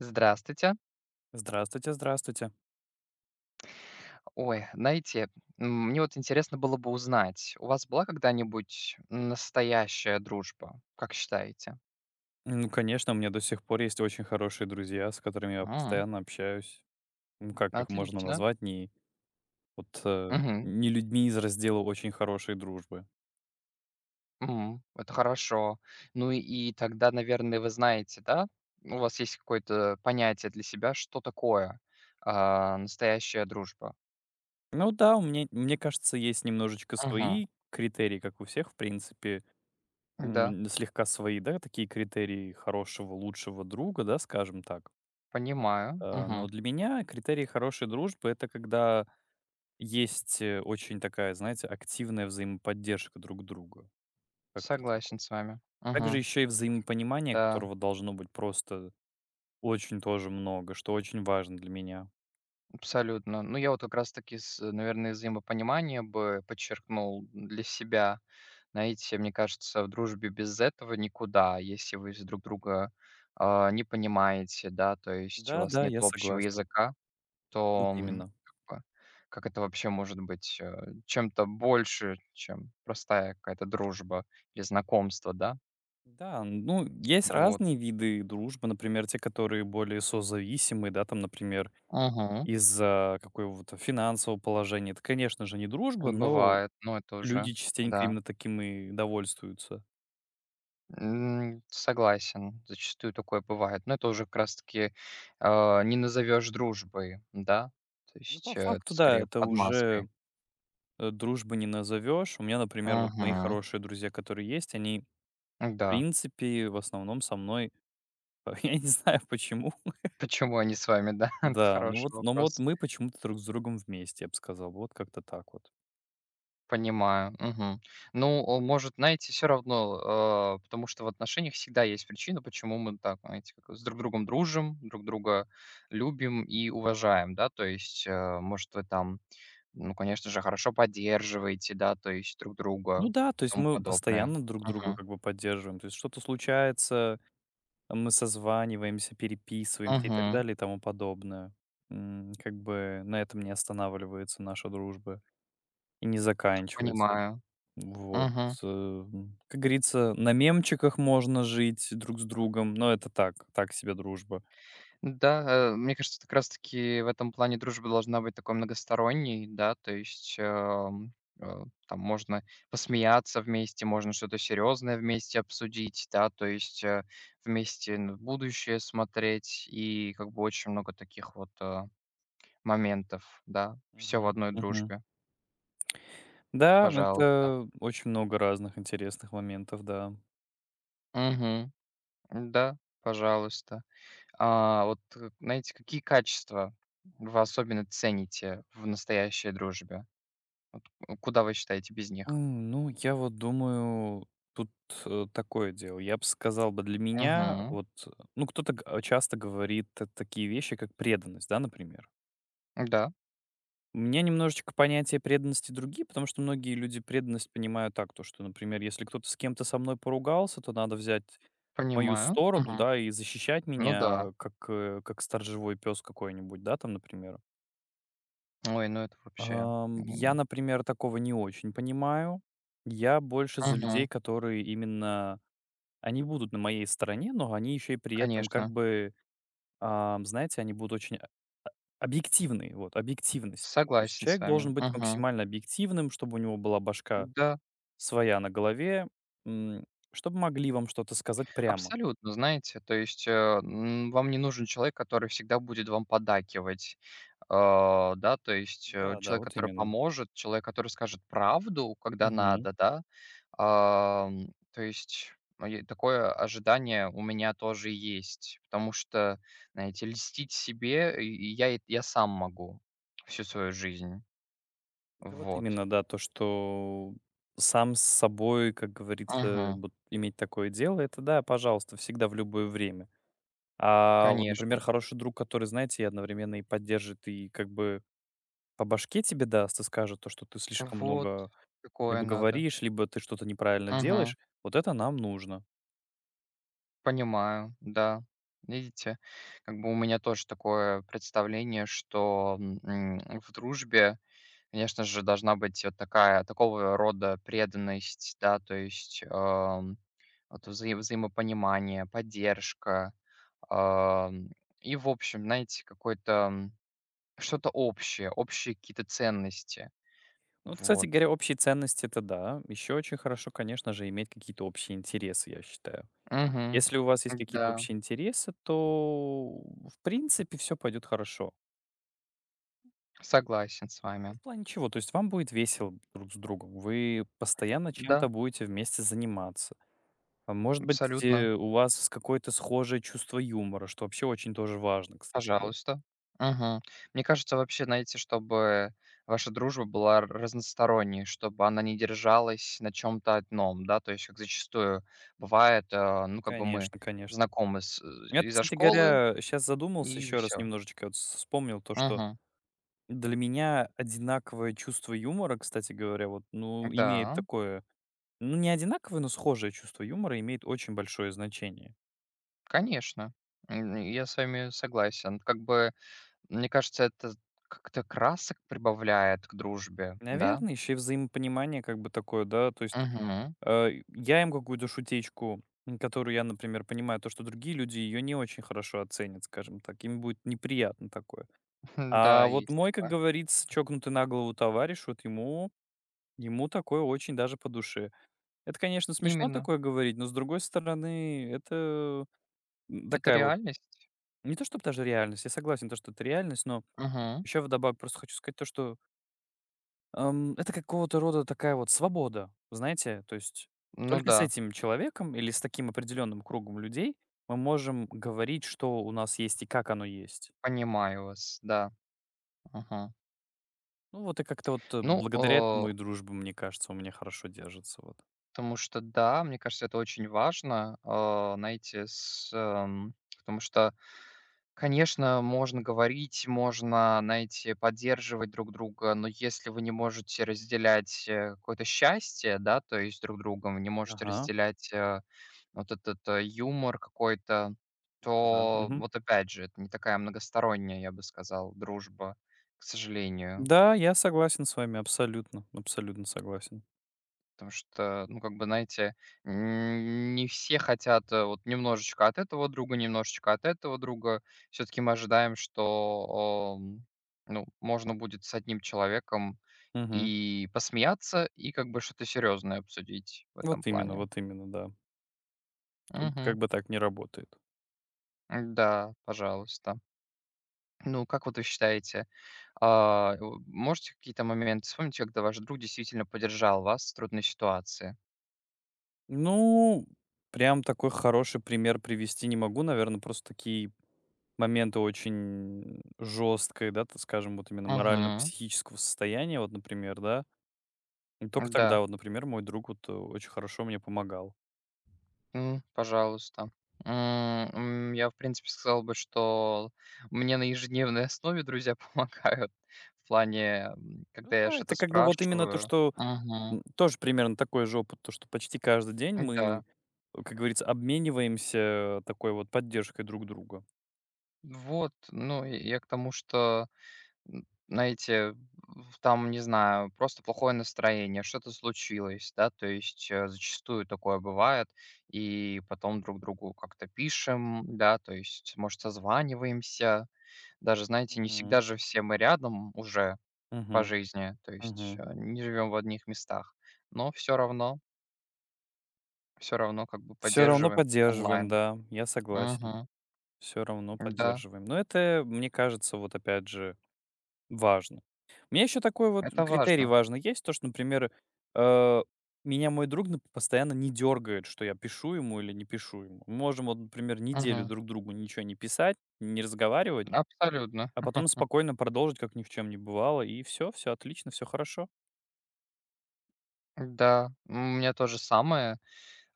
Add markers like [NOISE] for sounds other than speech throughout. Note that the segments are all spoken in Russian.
Здравствуйте. Здравствуйте, здравствуйте. Ой, знаете, мне вот интересно было бы узнать, у вас была когда-нибудь настоящая дружба, как считаете? Ну, конечно, у меня до сих пор есть очень хорошие друзья, с которыми я М, постоянно общаюсь. Ну, как их можно отлично. назвать, не вот э, Мгм. не людьми из раздела очень хорошей дружбы. Это хорошо. Ну и тогда, наверное, вы знаете, да? У вас есть какое-то понятие для себя, что такое настоящая дружба. Ну да, у меня, мне кажется, есть немножечко Мгм. свои критерии, как у всех, в принципе, Да, слегка свои, да, такие критерии хорошего, лучшего друга, да, скажем так. понимаю. Но Мгм. для меня критерии хорошей дружбы это когда есть очень такая, знаете, активная взаимоподдержка друг друга. Как-то так вот. Согласен с вами. Также Мгм. еще и взаимопонимание, Да. которого должно быть просто очень тоже много, что очень важно для меня. Абсолютно. Ну, я вот как раз таки наверное, взаимопонимание бы подчеркнул для себя. Знаете, мне кажется, в дружбе без этого никуда, если вы с друг друга не понимаете, да, то есть у вас Да-да, нет я общего согласен. языка, Вот то именно. как бы, как это вообще может быть чем-то больше, чем простая какая-то дружба или знакомство, да? Да, ну, есть Вот. разные виды дружбы, например, те, которые более созависимы, да, там, например, Угу. из-за какого-то финансового положения. Это, конечно же, не дружба, но Бывает, но это люди уже, частенько да. именно таким и довольствуются. Согласен, зачастую такое бывает. Но это уже как раз-таки, не назовешь дружбой, да? То Ну, по есть, это факту, да, скорее это под уже, маской. Дружбы не назовешь. У меня, например, вот мои Мгм. хорошие друзья, которые есть, они, в Да. принципе, в основном со мной [LAUGHS] Я не знаю почему. Почему они с вами, да? [LAUGHS] Это Да, ну хороший вот, но вот вопрос. мы почему-то друг с другом вместе, я бы сказал, вот как-то так вот. Понимаю, мгм. Ну, может, знаете, все равно, потому что в отношениях всегда есть причина, почему мы так, знаете, как с друг другом дружим, друг друга любим и уважаем, да. То есть, может, вы там. Ну, конечно же, хорошо поддерживаете, да, то есть друг друга, Ну да, то есть тому мы подобное. постоянно друг друга Мгм. как бы поддерживаем, то есть что-то случается, мы созваниваемся, переписываемся и так Мгм. далее и тому подобное. Как бы на этом не останавливается наша дружба и не заканчивается. Понимаю. Вот. Мгм. э, Как говорится, на мемчиках можно жить друг с другом, но это так, так себе дружба. Да, мне кажется, как раз таки в этом плане дружба должна быть такой многосторонней, да, то есть, там можно посмеяться вместе, можно что-то серьезное вместе обсудить, да, то есть, вместе н в будущее смотреть, и как бы очень много таких вот, моментов, да, все в Мгм. одной Мгм. дружбе. Да, Пожалуйста. это очень много разных интересных моментов, да. Мгм. Да, пожалуйста. А вот, знаете, какие качества вы особенно цените в настоящей дружбе? Куда вы считаете без них? Ну, я вот думаю, тут, такое дело. Я бы сказал бы, для меня Мгм. вот, ну, кто-то часто говорит т такие вещи, как преданность, да, например. Да, У меня немножечко понятия преданности другие, потому что многие люди преданность понимают так, то что, например, если кто-то с кем-то со мной поругался, то надо взять мою понимаю. сторону, Мгм. да, и защищать Ну да. меня, как сторожевой пес какой-нибудь, да, там, например. Ой, ну это вообще. Я, м, например, такого не очень понимаю. Я больше за людей, которые именно они будут на моей стороне, но они еще и при этом как Конечно. бы, знаете, они будут очень о объективны, вот, объективность. То есть Согласен с человек вами. должен быть Мгм. максимально объективным, чтобы у него была башка Да. своя на голове, м, чтобы могли вам что-то сказать прямо. Абсолютно, знаете, то есть, вам не нужен человек, который всегда будет вам поддакивать. А, да, то есть, Да, да, человек, вот который именно. поможет, человек, который скажет правду, когда надо, да. То есть, я такое ожидание у меня тоже есть, потому что, знаете, льстить себе и я сам могу всю свою жизнь. Да вот Вот. именно, да, то, что сам с собой, как говорится, Мгм. вот иметь такое дело, это да, пожалуйста, всегда в любое время. А вот, например, Конечно. хороший друг, который, знаете, и одновременно и поддержит, и как бы по башке тебе даст и скажет то, что ты слишком Вот. много Такое либо надо. говоришь, либо ты что-то неправильно Мгм. делаешь, вот это нам нужно. Понимаю, да. Видите, как бы у меня тоже такое представление, что, в дружбе, конечно же, должна быть вот такая такого рода преданность, да, то есть, вот взаимопонимание, поддержка, ам, и, в общем, знаете, какое-то, что-то общее, общие какие-то ценности. Ну, вот, кстати Вот. говоря, общие ценности это да. Еще очень хорошо, конечно же, иметь какие-то общие интересы, я считаю. Мгм. Если у вас есть какие-то Да, общие интересы, то, в принципе, все пойдет хорошо. согласен с Ну, в вами. плане чего? То есть вам будет весело друг с другом, вы постоянно чем-то Да, будете вместе заниматься. А может быть, абсолютно. У вас какое-то схожее чувство юмора, что вообще очень тоже важно, кстати говоря. Пожалуйста. Мгм. Мне кажется, вообще, знаете, чтобы ваша дружба была разносторонней, чтобы она не держалась на чем-то одном, да, то есть, как зачастую бывает, ну, как бы мы Конечно, конечно. знакомы Я, вот, из-за кстати школы, говоря, сейчас задумался и еще раз все. немножечко, вот вс вспомнил то, что для меня одинаковое чувство юмора, кстати говоря, вот, ну, имеет Да, такое. Ну, не одинаковое, но схожее чувство юмора имеет очень большое значение. конечно. Я с вами согласен. Как бы, мне кажется, это как-то красок прибавляет к дружбе, да? Наверное, еще и взаимопонимание как бы такое, да, то есть Мгм. Я им какую-то шутечку, которую я, например, понимаю, то, что другие люди ее не очень хорошо оценят, скажем так, им будет неприятно такое. [LAUGHS] А Да, вот есть мой, как такое. говорится, чокнутый на голову товарищ, вот ему такое очень даже по душе. Это, конечно, смешно Именно. такое говорить, но с другой стороны, это Это такая вот, реальность. не то чтобы даже реальность, я согласен, то, что это реальность, но Мгм. еще вдобавок просто хочу сказать то, что это какого-то рода такая вот свобода, знаете, то есть Ну только с да. этим человеком или с таким определенным кругом людей мы можем говорить, что у нас есть и как оно есть. Понимаю вас, да. Ага. Ну вот и как-то вот Ну, благодаря этому и дружба, мне кажется, у меня хорошо держится вот. потому что да, мне кажется, это очень важно, знаете, потому что, конечно, можно говорить, можно, знаете, поддерживать друг друга, но если вы не можете разделять какое-то счастье, да, то есть друг другом, вы не можете Ага, разделять вот этот юмор какой-то, да. то Мгм. вот опять же, это не такая многосторонняя, я бы сказал, дружба, к сожалению. Да, я согласен с вами абсолютно, абсолютно согласен. Потому что, ну, как бы, знаете, н не все хотят, вот немножечко от этого друга, немножечко от этого друга. Все таки мы ожидаем, что, ну, можно будет с одним человеком Мгм. и посмеяться, и как бы что-то серьезное обсудить в этом плане. Вот именно, да. Тут как Мгм. бы так не работает. Да, пожалуйста. Ну, как вот вы считаете, у можете какие-то моменты вспомнить, когда ваш друг действительно поддержал вас в трудной ситуации? Ну, прям такой хороший пример привести не могу, наверное, просто такие моменты очень жёсткой, да, так скажем, вот именно Угу, морально-психического состояния, вот, например, да. И только да. тогда вот, например, мой друг вот, очень хорошо мне помогал. Пожалуйста. М, я, в принципе, сказал бы, что мне на ежедневной основе друзья [LAUGHS] помогают в плане, Ну когда я да, что-то это как бы вот именно то, спрашиваю. что, Мгм. Тоже примерно такой же опыт, то, что почти каждый день мы, Да. как говорится, обмениваемся такой вот поддержкой друг друга. Вот, ну, и я к тому, что, знаете, там, не знаю, просто плохое настроение, что-то случилось, да, то есть зачастую такое бывает, и потом друг другу как-то пишем, да, то есть, может, созваниваемся. Даже, знаете, не всегда Угу, же все мы рядом уже по угу, жизни, то есть угу. Не живем в одних местах, но все равно как бы Все равно поддерживаем поддерживаем, онлайн. да, я согласен. Мгм. Все равно Да, поддерживаем. Но это, мне кажется, вот опять же важно. У меня еще такой вот это критерий важно. важный есть, то, что, например, э, меня мой друг постоянно не дергает, что я пишу ему или не пишу ему. Мы можем, вот, например, неделю Мгм. друг другу ничего не писать, не разговаривать, Абсолютно. а потом спокойно продолжить, как ни в чем не бывало, и все, все отлично, все хорошо. Да, у меня то же самое.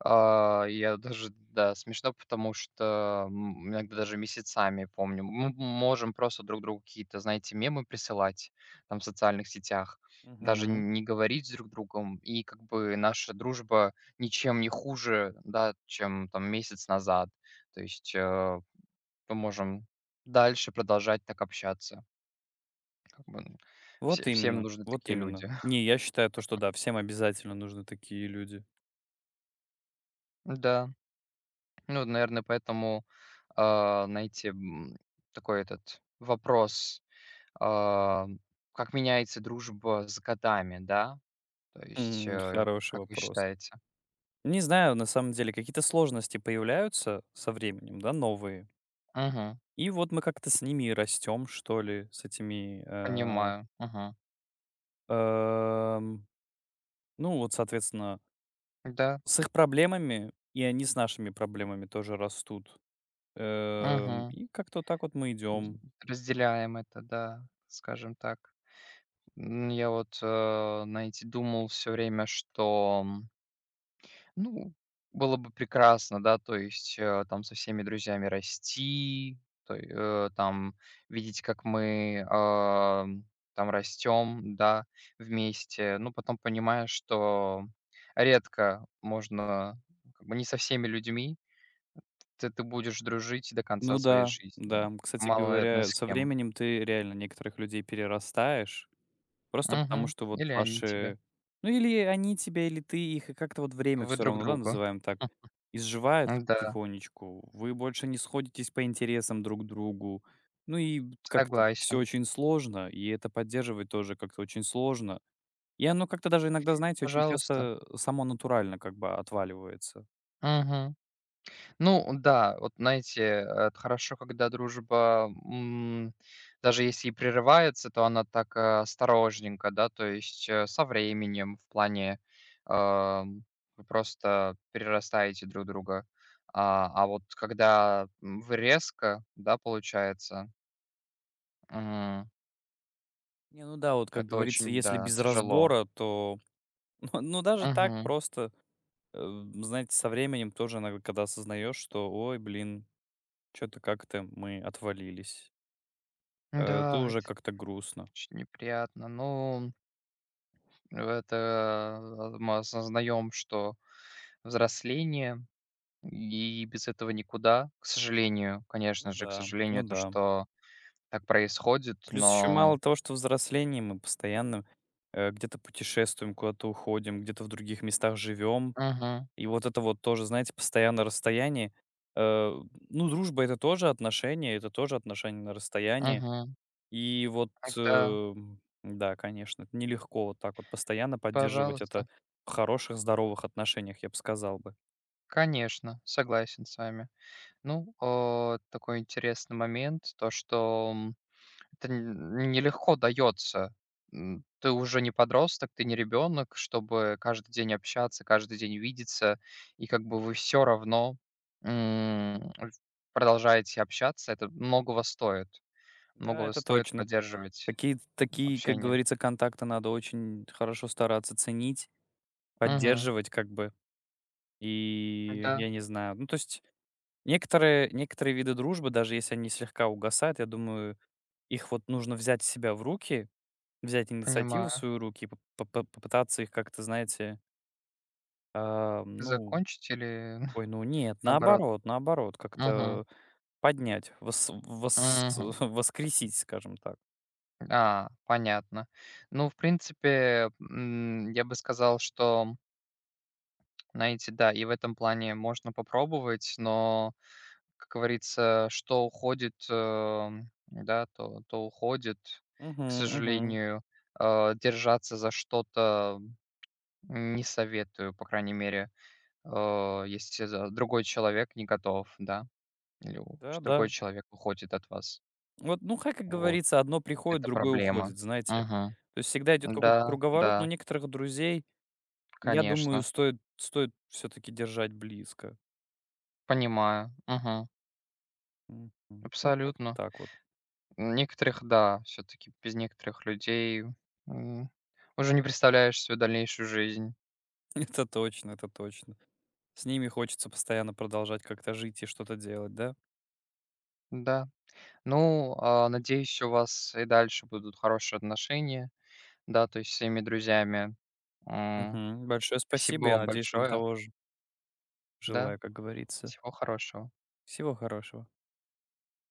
А, я даже да, смешно, потому что, иногда даже месяцами помню. Мы можем просто друг другу какие-то, знаете, мемы присылать там в социальных сетях, даже Мгм. не говорить с друг другом. И как бы наша дружба ничем не хуже, да, чем там месяц назад. То есть, мы можем дальше продолжать так общаться. Как бы Вот всем именно, нужны вот такие люди. именно. [LAUGHS] Не, я считаю то, что да, всем обязательно нужны такие люди. Да, ну, наверное, поэтому знаете, такой этот вопрос, а, как меняется дружба с годами, да? То есть, Хороший как вы вопрос. считаете? Не знаю, на самом деле, какие-то сложности появляются со временем, да, новые. Мгм. И вот мы как-то с ними и растем, что ли, с этими, Понимаю. Мгм. эм, ну вот, соответственно, Да. с их проблемами, и они с нашими проблемами тоже растут. Эм, Мгм. и как-то вот так вот мы Д идем. Разделяем это, да, скажем так. Я вот, знаете, думал все время, что. Ну, было бы прекрасно, да, то есть, там со всеми друзьями расти, там видеть, как мы, там растем, да, вместе. Ну потом понимаешь, что редко можно, как бы не со всеми людьми ты будешь дружить до конца Ну своей да, жизни. да. Кстати Мало, наверное, говоря, с со кем. временем ты реально некоторых людей перерастаешь, просто потому, Мгм. что вот Или они тебя. ваши ну, или они тебя, или ты их, и как-то вот время Вы все друг равно, да, другу. называем так, [LAUGHS] изживается Да, потихонечку. Вы больше не сходитесь по интересам друг к другу. Ну и вот как-то все согласен. очень сложно, и это поддерживать тоже как-то очень сложно. И оно как-то даже иногда, знаете, очень Пожалуйста. часто само натурально как бы отваливается. Мгм. Ну да, вот знаете, это хорошо, когда дружба, даже если и прерывается, то она так, осторожненько, да, то есть, со временем в плане, ам, вы просто перерастаете друг друга. А, вот когда, вы резко, да, получается, м, Не, ну да, вот как это говорится, очень, если да, без тяжело. разбора, то [LAUGHS] ну даже так Мгм. просто, э, знаете, со временем тоже иногда, когда осознаешь, что: "Ой, блин, что то как-то мы отвалились." То Да, уже это как-то грустно. очень неприятно. Ну, это, мы осознаем, что взросление. И без этого никуда, к сожалению. Ну Конечно же, к да, ну сожалению, то, да. что так происходит, Плюс еще но. мало того, что взросление, мы постоянно, где-то путешествуем, куда-то уходим, где-то в других местах живем. Мгм, И вот это вот тоже, знаете, постоянно расстояние. Э, ну, дружба- это тоже отношения на расстоянии. мгм. И вот, Да, э, да, конечно, это нелегко вот так вот постоянно поддерживать это пожалуйста. в хороших, здоровых отношениях, я бы сказал бы. Конечно, согласен с вами. Ну, такой интересный момент, то, что, это н нелегко дается. Ты уже не подросток, ты не ребенок, чтобы каждый день общаться, каждый день видеться, и как бы вы все равно, м, продолжаете общаться. Это многого стоит. Да, Многого это стоит точно. поддерживать Такие, как общение. говорится, контакты надо очень хорошо стараться ценить, Мгм. поддерживать как бы. И Да, я не знаю, ну, то есть некоторые виды дружбы, даже если они слегка угасают, я думаю, их вот нужно взять себя в руки, взять инициативу в понимаю. свои руки и попытаться их как-то, знаете, ну, Закончить или [LAUGHS] ой, ну нет, наоборот? наоборот наоборот, Мгм. как-то поднять, вос вос [LAUGHS] Мгм. воскресить, скажем так. А, понятно. Ну, в принципе, я бы сказал, что, знаете, да, и в этом плане можно попробовать, но, как говорится, что уходит, да, то уходит. Угу, К угу. сожалению, держаться за что-то не советую, по крайней мере. Если за другой человек не готов, да, или у ч Да-да. другой человек уходит от вас. Вот, ну, ха как Вот. говорится, одно приходит, Это другое проблема. уходит, знаете. Мгм. То есть всегда идет какой-то Да, круговорот, но да, некоторых друзей, я думаю, конечно. стоит все-таки держать близко. Понимаю. Мгм. Мгм. Вот как-то Абсолютно. так вот. Некоторых, да, все таки без некоторых людей, м, уже не представляешь свою дальнейшую жизнь. [LAUGHS] Это точно, это точно. С ними хочется постоянно продолжать как-то жить и что-то делать, да? Да. Ну, надеюсь, у вас и дальше будут хорошие отношения, да, то есть с своими друзьями. М, Мгм. Большое Спасибо спасибо. Я вам надеюсь, вам большое. того же Да, желаю, как говорится. всего хорошего. Всего хорошего.